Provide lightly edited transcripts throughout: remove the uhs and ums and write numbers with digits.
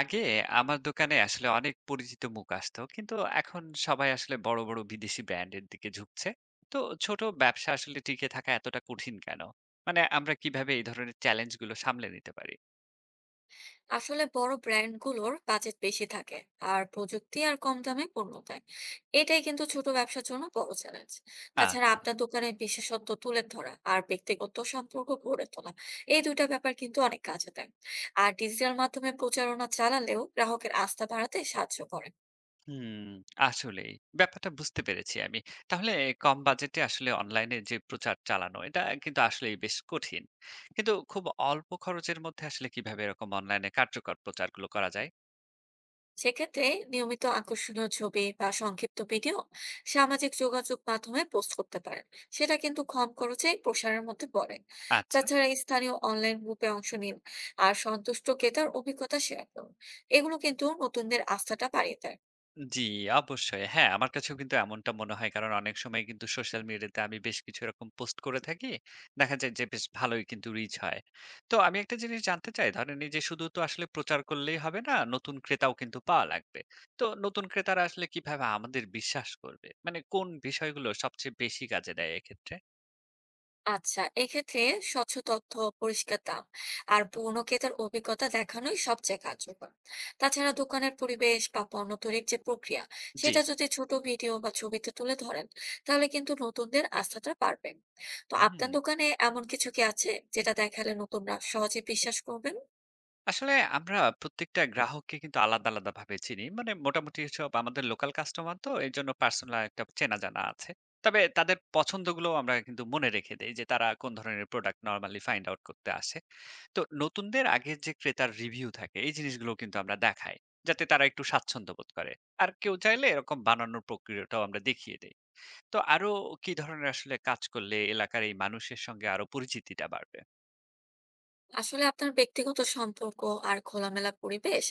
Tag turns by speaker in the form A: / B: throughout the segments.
A: আগে আমার দোকানে আসলে অনেক পরিচিত মুখ আসতো, কিন্তু এখন সবাই আসলে বড় বড় বিদেশি ব্র্যান্ডের দিকে ঝুঁকছে। তো ছোট ব্যবসা আসলে টিকে থাকা এতটা কঠিন কেন? মানে আমরা কিভাবে এই ধরনের চ্যালেঞ্জ গুলো সামলে নিতে পারি?
B: আসলে বড় ব্র্যান্ডগুলোর বাজেট বেশি থাকে, আর প্রযুক্তি আর কম দামে পণ্য দেয়। এটাই কিন্তু ছোট ব্যবসার জন্য বড় চ্যালেঞ্জ। তাছাড়া
A: আচ্ছা।
B: আপনার দোকানের বিশেষত্ব তুলে ধরা আর ব্যক্তিগত সম্পর্ক গড়ে তোলা, এই দুইটা ব্যাপার কিন্তু অনেক কাজে দেয়। আর ডিজিটাল মাধ্যমে প্রচারণা চালালেও গ্রাহকের আস্থা বাড়াতে সাহায্য করে।
A: হুম, আসলেই ব্যাপারটা বুঝতে পেরেছি আমি। তাহলে কম বাজেটে আসলে অনলাইনে যে প্রচার চালানো এটা কিন্তু আসলে বেশ কঠিন, কিন্তু খুব অল্প খরচের মধ্যে আসলে কিভাবে এরকম অনলাইনে কার্যকর প্রচারগুলো করা যায়?
B: সেক্ষেত্রে নিয়মিত আকর্ষণীয় ছবি বা সংক্ষিপ্ত ভিডিও সামাজিক যোগাযোগ মাধ্যমে পোস্ট করতে পারেন। সেটা কিন্তু কম খরচে প্রসারের মধ্যে পড়ে।
A: আচ্ছা।
B: তাছাড়া স্থানীয় অনলাইন গ্রুপে অংশ নিন আর সন্তুষ্ট ক্রেতার অভিজ্ঞতা শেয়ার করুন। এগুলো কিন্তু নতুনদের আস্থাটা বাড়িয়ে দেয়।
A: জি, অবশ্যই। হ্যাঁ, আমার কাছেও কিন্তু এমনটা মনে হয়। কারণ অনেক সময় কিন্তু সোশ্যাল মিডিয়াতে আমি বেশ কিছু এরকম পোস্ট করে থাকি। দেখা যায় যে বেশ ভালোই কিন্তু রিচ হয়। তো আমি একটা জিনিস জানতে চাই, ধরেন এই যে শুধু তো আসলে প্রচার করলেই হবে না, নতুন ক্রেতাও কিন্তু পাওয়া লাগবে। তো নতুন ক্রেতারা আসলে কিভাবে আমাদের বিশ্বাস করবে? মানে কোন বিষয়গুলো সবচেয়ে বেশি কাজে দেয় এক্ষেত্রে?
B: আচ্ছা, এক্ষেত্রে স্বচ্ছ তথ্য, পরিষ্কার দাম আর পণ্য ক্রেতার অভিজ্ঞতা দেখানোই সবচেয়ে কার্যকর। তাছাড়া দোকানের পরিবেশ বা পণ্য তৈরির যে প্রক্রিয়া,
A: জি।
B: সেটা যদি ছোট ভিডিও বা ছবিতে তুলে ধরেন, তাহলে কিন্তু নতুনদের আস্থাটা বাড়বে। তো
A: হুম।
B: আপনার দোকানে এমন কিছু কি আছে, যেটা দেখালে নতুনরা সহজে বিশ্বাস করবেন?
A: আসলে আমরা প্রত্যেকটা গ্রাহককে কিন্তু আলাদা, আলাদা ভাবে চিনি। মানে মোটামুটি সব আমাদের লোকাল কাস্টমার, তো এজন্য পার্সোনাল একটা চেনা-জানা আছে। তবে তাদের পছন্দগুলো আমরা কিন্তু মনে রেখে দেই যে তারা কোন ধরনের প্রোডাক্ট নরমালি ফাইন্ড আউট করতে আসে। তো নতুনদের আগের যে ক্রেতার রিভিউ থাকে এই জিনিসগুলো কিন্তু আমরা দেখাই, যাতে তারা একটু স্বাচ্ছন্দ্য বোধ করে। আর কেউ চাইলে এরকম বানানোর প্রক্রিয়াটাও আমরা দেখিয়ে দেই। তো আরো কি ধরনের আসলে কাজ করলে এলাকার এই মানুষের সঙ্গে আরো পরিচিতিটা বাড়বে?
B: আসলে আপনার ব্যক্তিগত সম্পর্ক আর খোলামেলা পরিবেশ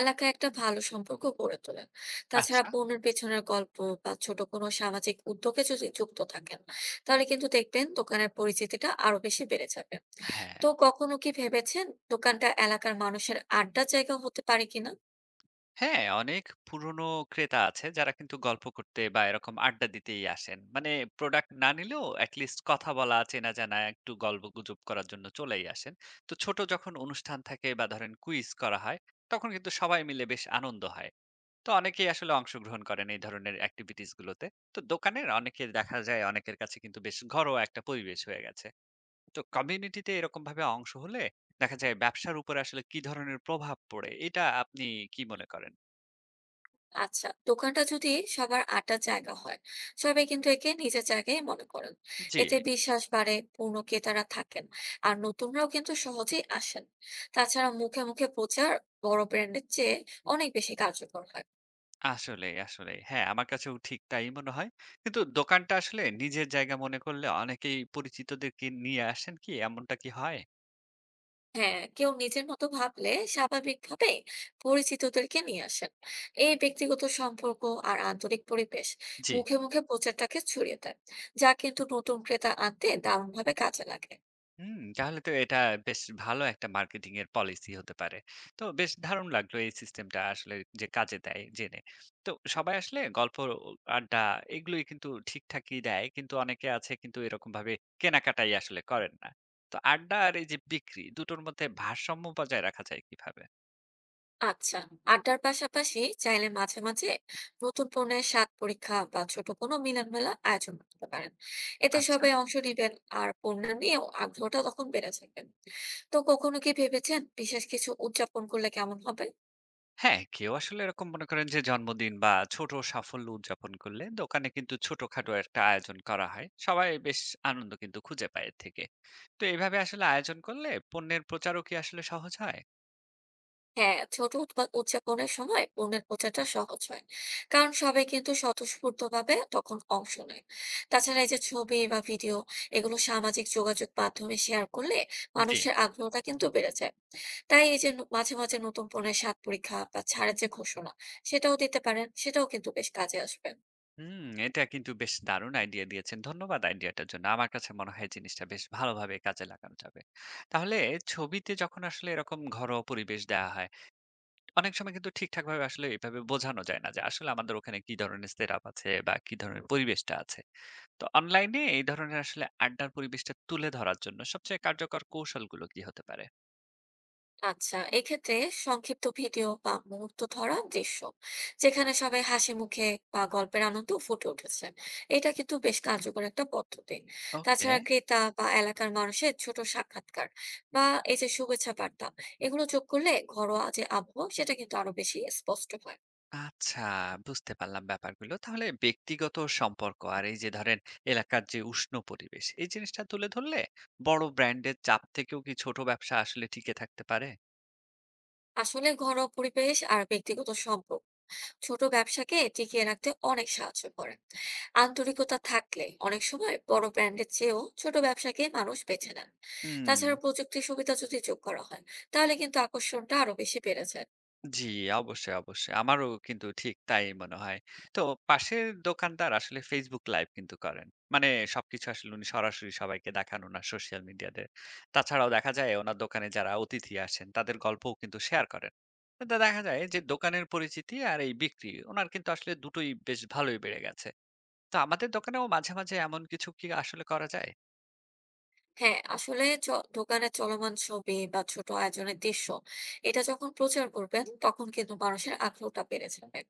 B: এলাকায় একটা ভালো সম্পর্ক গড়ে তোলে। তাছাড়া
A: আচ্ছা।
B: পণ্যের পেছনের গল্প বা ছোট কোনো সামাজিক উদ্যোগে যদি যুক্ত থাকেন, তাহলে কিন্তু দেখবেন দোকানের পরিচিতিটা আরো বেশি বেড়ে যাবে।
A: হ্যাঁ।
B: তো কখনো কি ভেবেছেন দোকানটা এলাকার মানুষের আড্ডার জায়গা হতে পারে কিনা?
A: হ্যাঁ, অনেক পুরনো ক্রেতা আছে যারা কিন্তু গল্প করতে বা এরকম আড্ডা দিতেই আসেন। মানে প্রোডাক্ট না নিলেও এটলিস্ট কথা বলা, চেনা-জানা একটু গল্পগুজব করার জন্য চলেই আসেন। তো ছোট যখন অনুষ্ঠান থাকে বা ধরেন কুইজ করা হয়, তখন কিন্তু সবাই মিলে বেশ আনন্দ হয়। তো অনেকেই আসলে অংশগ্রহণ করেন এই ধরনের অ্যাক্টিভিটিস গুলোতে। তো দোকানের অনেকে দেখা যায় অনেকের কাছে কিন্তু বেশ ঘরোয়া একটা পরিবেশ হয়ে গেছে। তো কমিউনিটিতে এরকমভাবে অংশ হলে দেখা যায় ব্যবসার উপরে আসলে কি ধরনের প্রভাব পড়ে, এটা আপনি কি মনে করেন?
B: আচ্ছা, দোকানটা যদি সবার আড্ডার জায়গা হয়, সবাই কিন্তু একে নিজের জায়গায় মনে করেন।
A: জি,
B: এতে বিশ্বাস বাড়ে, পূর্ণ ক্রেতারা থাকেন আর নতুনরাও কিন্তু সহজেই আসেন। তাছাড়া মুখে মুখে প্রচার বড় ব্র্যান্ডের চেয়ে অনেক বেশি কার্যকর হয়।
A: আসলেই, আসলেই। হ্যাঁ, আমার কাছেও ঠিক তাই মনে হয়। কিন্তু দোকানটা আসলে নিজের জায়গা মনে করলে অনেকেই পরিচিতদেরকে নিয়ে আসেন, কি এমনটা কি হয়?
B: হ্যাঁ, কেউ নিজের মতো ভাবলে স্বাভাবিকভাবে পরিচিতদেরকে নিয়ে আসেন। এই ব্যক্তিগত সম্পর্ক আর আন্তরিক পরিবেশ
A: জি।
B: মুখে মুখে প্রচারটাকে ছড়িয়ে দেয়, যা কিন্তু নতুন ক্রেতা আনতে দারুণভাবে কাজে লাগে।
A: হুম, তাহলে তো এটা বেশ ভালো একটা মার্কেটিং এর পলিসি হতে পারে। তো বেশ দারুণ লাগলো এই সিস্টেমটা আসলে, যে কাজে দেয় জেনে। তো সবাই আসলে গল্প, আড্ডা এগুলোই কিন্তু ঠিকঠাকই দেয়। কিন্তু অনেকে আছে কিন্তু এরকমভাবে কেনাকাটাই আসলে করেন না। তো আড্ডা আর এই যে বিক্রি দুটোর মধ্যে ভারসাম্য বজায় রাখা যায় কিভাবে?
B: আচ্ছা, আড্ডার পাশাপাশি চাইলে মাঝে মাঝে নতুন পণ্যের স্বাদ পরীক্ষা বা ছোট কোনো মিলন মেলা আয়োজন করতে পারেন। এতে
A: আচ্ছা।
B: সবাই অংশ নিবেন আর পণ্য নিয়েও আগ্রহটা তখন বেড়ে যাবে। তো কখনো কি ভেবেছেন বিশেষ কিছু উদযাপন করলে কেমন হবে?
A: হ্যাঁ, কেউ আসলে এরকম মনে করেন যে জন্মদিন বা ছোট সাফল্য উদযাপন করলে দোকানে কিন্তু ছোটখাটো একটা আয়োজন করা হয়। সবাই বেশ আনন্দ কিন্তু খুঁজে পায় এর থেকে। তো এভাবে আসলে আয়োজন করলে পণ্যের প্রচারও কি আসলে সহজ হয়?
B: হ্যাঁ, ছোট উৎপাদ উদযাপনের সময় পণ্যের প্রচারটা সহজ হয়, কারণ সবাই কিন্তু স্বতঃস্ফূর্ত ভাবে তখন অংশ নেয়। তাছাড়া এই যে ছবি বা ভিডিও, এগুলো সামাজিক যোগাযোগ মাধ্যমে শেয়ার করলে
A: জি।
B: মানুষের আগ্রহটা কিন্তু বেড়ে যায়। তাই এই যে মাঝে মাঝে নতুন পণ্যের স্বাদ পরীক্ষা বা ছাড়ের যে ঘোষণা, সেটাও দিতে পারেন। সেটাও কিন্তু বেশ কাজে আসবে।
A: হুম, এটা কিন্তু বেশ দারুণ আইডিয়া দিয়েছেন। ধন্যবাদ আইডিয়াটার জন্য। আমার কাছে মনে হয় জিনিসটা বেশ ভালোভাবে কাজে লাগানো যাবে। তাহলে ছবিতে যখন আসলে এরকম ঘরোয়া পরিবেশ দেওয়া হয়, অনেক সময় কিন্তু ঠিকঠাকভাবে আসলে এভাবে বোঝানো যায় না যে আসলে আমাদের ওখানে কি ধরনের সেটআপ আছে বা কি ধরনের পরিবেশটা আছে। তো অনলাইনে এই ধরনের আসলে আড্ডার পরিবেশটা তুলে ধরার জন্য সবচেয়ে কার্যকর কৌশলগুলো কি হতে পারে?
B: আচ্ছা, এক্ষেত্রে সংক্ষিপ্ত ভিডিও বা মুহূর্ত ধরা দৃশ্য, যেখানে সবাই হাসি মুখে বা গল্পের আনন্দ ফুটে উঠেছে, এটা কিন্তু বেশ কার্যকর একটা পদ্ধতি।
A: ওকে।
B: তাছাড়া ক্রেতা বা এলাকার মানুষের ছোট সাক্ষাৎকার বা এই যে শুভেচ্ছা বার্তা, এগুলো যোগ করলে ঘরোয়া যে আবহাওয়া, সেটা কিন্তু আরো বেশি স্পষ্ট হয়।
A: আচ্ছা, বুঝতে পারলাম ব্যাপারগুলো। তাহলে ব্যক্তিগত সম্পর্ক আর এই যে ধরেন এলাকার যে উষ্ণ পরিবেশ, এই জিনিসটা তুলে ধরলে বড় ব্র্যান্ডের চাপ থেকেও কি ছোট ব্যবসা আসলে টিকে থাকতে পারে?
B: আসলে ঘরোয়া পরিবেশ আর ব্যক্তিগত সম্পর্ক ছোট ব্যবসাকে টিকিয়ে রাখতে অনেক সাহায্য করে। আন্তরিকতা থাকলে অনেক সময় বড় ব্র্যান্ডের চেয়েও ছোট ব্যবসাকে মানুষ বেছে নেন।
A: হুম।
B: তাছাড়া প্রযুক্তির সুবিধা যদি যোগ করা হয়, তাহলে কিন্তু আকর্ষণটা আরো বেশি বেড়ে যায়।
A: জি, অবশ্যই, অবশ্যই। আমারও কিন্তু ঠিক তাই মনে হয়। তো পাশের দোকানদার আসলে Facebook লাইভ কিন্তু করেন। মানে সবকিছু আসলে উনি সরাসরি সবাইকে দেখান উনার সোশ্যাল মিডিয়াতে। তাছাড়াও দেখা যায় ওনার দোকানে যারা অতিথি আসেন তাদের গল্পও কিন্তু শেয়ার করেন। এতে দেখা যায় যে দোকানের পরিচিতি আর এই বিক্রি উনার কিন্তু আসলে দুটোই বেশ ভালোই বেড়ে গেছে। তো আমাদের দোকানেও মাঝে, মাঝে এমন কিছু কি আসলে করা যায়?
B: হ্যাঁ, আসলে দোকানে চলমান ছবি বা ছোট আয়োজনের দৃশ্য, এটা যখন প্রচার করবেন তখন কিন্তু মানুষের আগ্রহটা বেড়ে যাবে।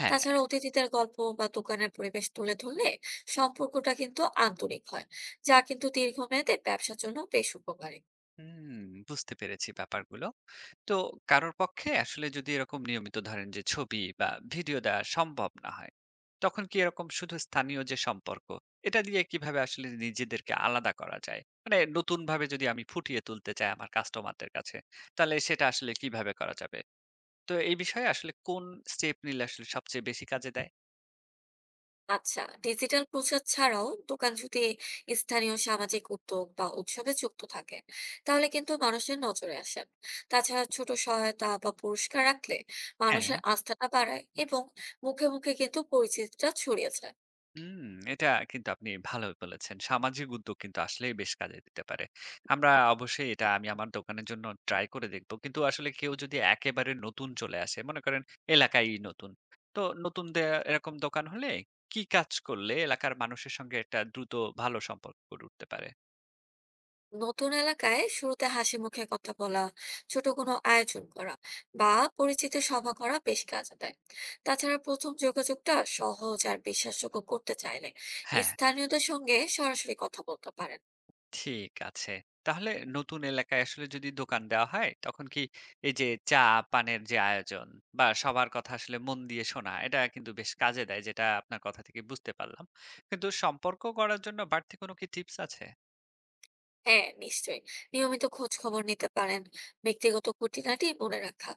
A: হ্যাঁ,
B: তাছাড়া অতিথিদের গল্প বা দোকানের পরিবেশ তুলে ধরলে সম্পর্কটা কিন্তু আন্তরিক হয়, যা কিন্তু দীর্ঘমেয়াদে ব্যবসার জন্য বেশ উপকারী।
A: হুম, বুঝতে পেরেছি ব্যাপারগুলো। তো কারোর পক্ষে আসলে যদি এরকম নিয়মিত ধরেন যে ছবি বা ভিডিও দেওয়া সম্ভব না হয়, তখন কি এরকম শুধু স্থানীয় যে সম্পর্ক এটা দিয়ে কিভাবে আসলে নিজেদেরকে আলাদা করা যায়? মানে নতুন ভাবে যদি আমি ফুটিয়ে তুলতে চাই আমার কাস্টমারদের কাছে, তাহলে সেটা আসলে কিভাবে করা যাবে? তো এই বিষয়ে আসলে কোন স্টেপ নিলে আসলে সবচেয়ে বেশি কাজে দেয়?
B: আচ্ছা, ডিজিটাল প্রচার ছাড়াও দোকান যদি স্থানীয় সামাজিক উদ্যোগ বা উৎসবে যুক্ত থাকে, তাহলে কিন্তু মানুষের নজরে আসেন। তাছাড়া ছোট সহায়তা বা পুরস্কার রাখলে
A: হ্যাঁ।
B: মানুষের আস্থাটা বাড়ায় এবং মুখে মুখে কিন্তু পরিচিতিটা ছড়িয়ে যায়।
A: হুম, এটা কিন্তু আপনি ভালো বলেছেন। সামাজিক উদ্যোগ কিন্তু আসলেই বেশ কাজে দিতে পারে। আমরা অবশ্যই এটা, আমি আমার দোকানের জন্য ট্রাই করে দেখব। কিন্তু আসলে কেউ যদি একেবারে নতুন চলে আসে, মনে করেন এলাকায় নতুন। তো নতুনদের এরকম দোকান হলে কি কাজ করলে এলাকার মানুষের সঙ্গে একটা দ্রুত ভালো সম্পর্ক গড়ে উঠতে পারে?
B: নতুন এলাকায় শুরুতে হাসি মুখে কথা বলা, ছোট কোনো আয়োজন করা বা পরিচিত সভা করা বেশ কাজে দেয়। তাছাড়া প্রথম যোগাযোগটা সহজ আর বিশ্বাসযোগ্য করতে চাইলে
A: হ্যাঁ।
B: স্থানীয়দের সঙ্গে সরাসরি কথা বলতে পারেন।
A: ঠিক আছে। তাহলে নতুন এলাকায় আসলে যদি দোকান দেওয়া হয়, তখন কি এই যে চা, পানের যে আয়োজন বা সবার কথা আসলে মন দিয়ে শোনা, এটা কিন্তু বেশ কাজে দেয়, যেটা আপনার কথা থেকে বুঝতে পারলাম। কিন্তু সম্পর্ক গড়ার জন্য বাড়তি কোনো কি টিপস আছে?
B: হ্যাঁ, নিশ্চয়ই। নিয়মিত খোঁজ খবর নিতে পারেন। ব্যক্তিগত খুঁটিনাটি মনে রাখা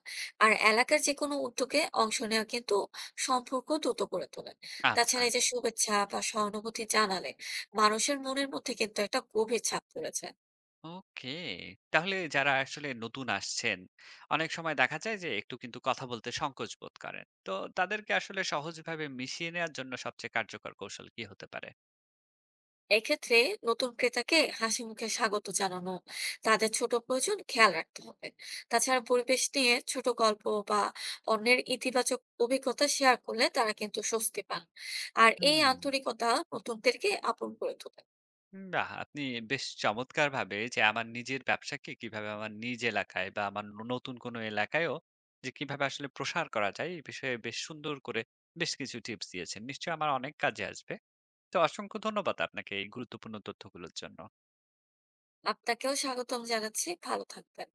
B: আর এলাকার যেকোনো উদ্যোগে অংশ নেওয়া কিন্তু সম্পর্ক দ্রুত করে তোলে।
A: আচ্ছা,
B: তাছাড়া এই যে শুভেচ্ছা বা সহানুভূতি জানালে মানুষের মনের মধ্যে কিন্তু একটা গভীর ছাপ পড়েছে।
A: ওকে। তাহলে যারা আসলে নতুন আসছেন, অনেক সময় দেখা যায় যে একটু কিন্তু কথা বলতে সংকোচ বোধ করেন। তো তাদেরকে আসলে সহজভাবে মিশিয়ে নেওয়ার জন্য সবচেয়ে কার্যকর কৌশল কি হতে পারে?
B: এক্ষেত্রে নতুন ক্রেতাকে হাসি মুখে স্বাগত জানানো, তাদের ছোট প্রয়োজন খেয়াল রাখতে হবে। তাছাড়া পরিবেশ নিয়ে ছোট গল্প বা অন্যের ইতিবাচক অভিজ্ঞতা শেয়ার করলে তারা কিন্তু স্বস্তি পান। আর এই
A: হুম।
B: আন্তরিকতা নতুনদেরকে আপন করে তোলে।
A: বাহ! আপনি বেশ চমৎকারভাবে যে আমার নিজের ব্যবসাকে কিভাবে আমার নিজ এলাকায় বা আমার নতুন কোনো এলাকায়ও যে কিভাবে আসলে প্রসার করা যায়, এই বিষয়ে বেশ সুন্দর করে বেশ কিছু টিপস দিয়েছেন। নিশ্চয়ই আমার অনেক কাজে আসবে। তো অসংখ্য ধন্যবাদ আপনাকে এই গুরুত্বপূর্ণ তথ্যগুলোর জন্য।
B: আপনাকেও স্বাগতম জানাচ্ছি। ভালো থাকবেন।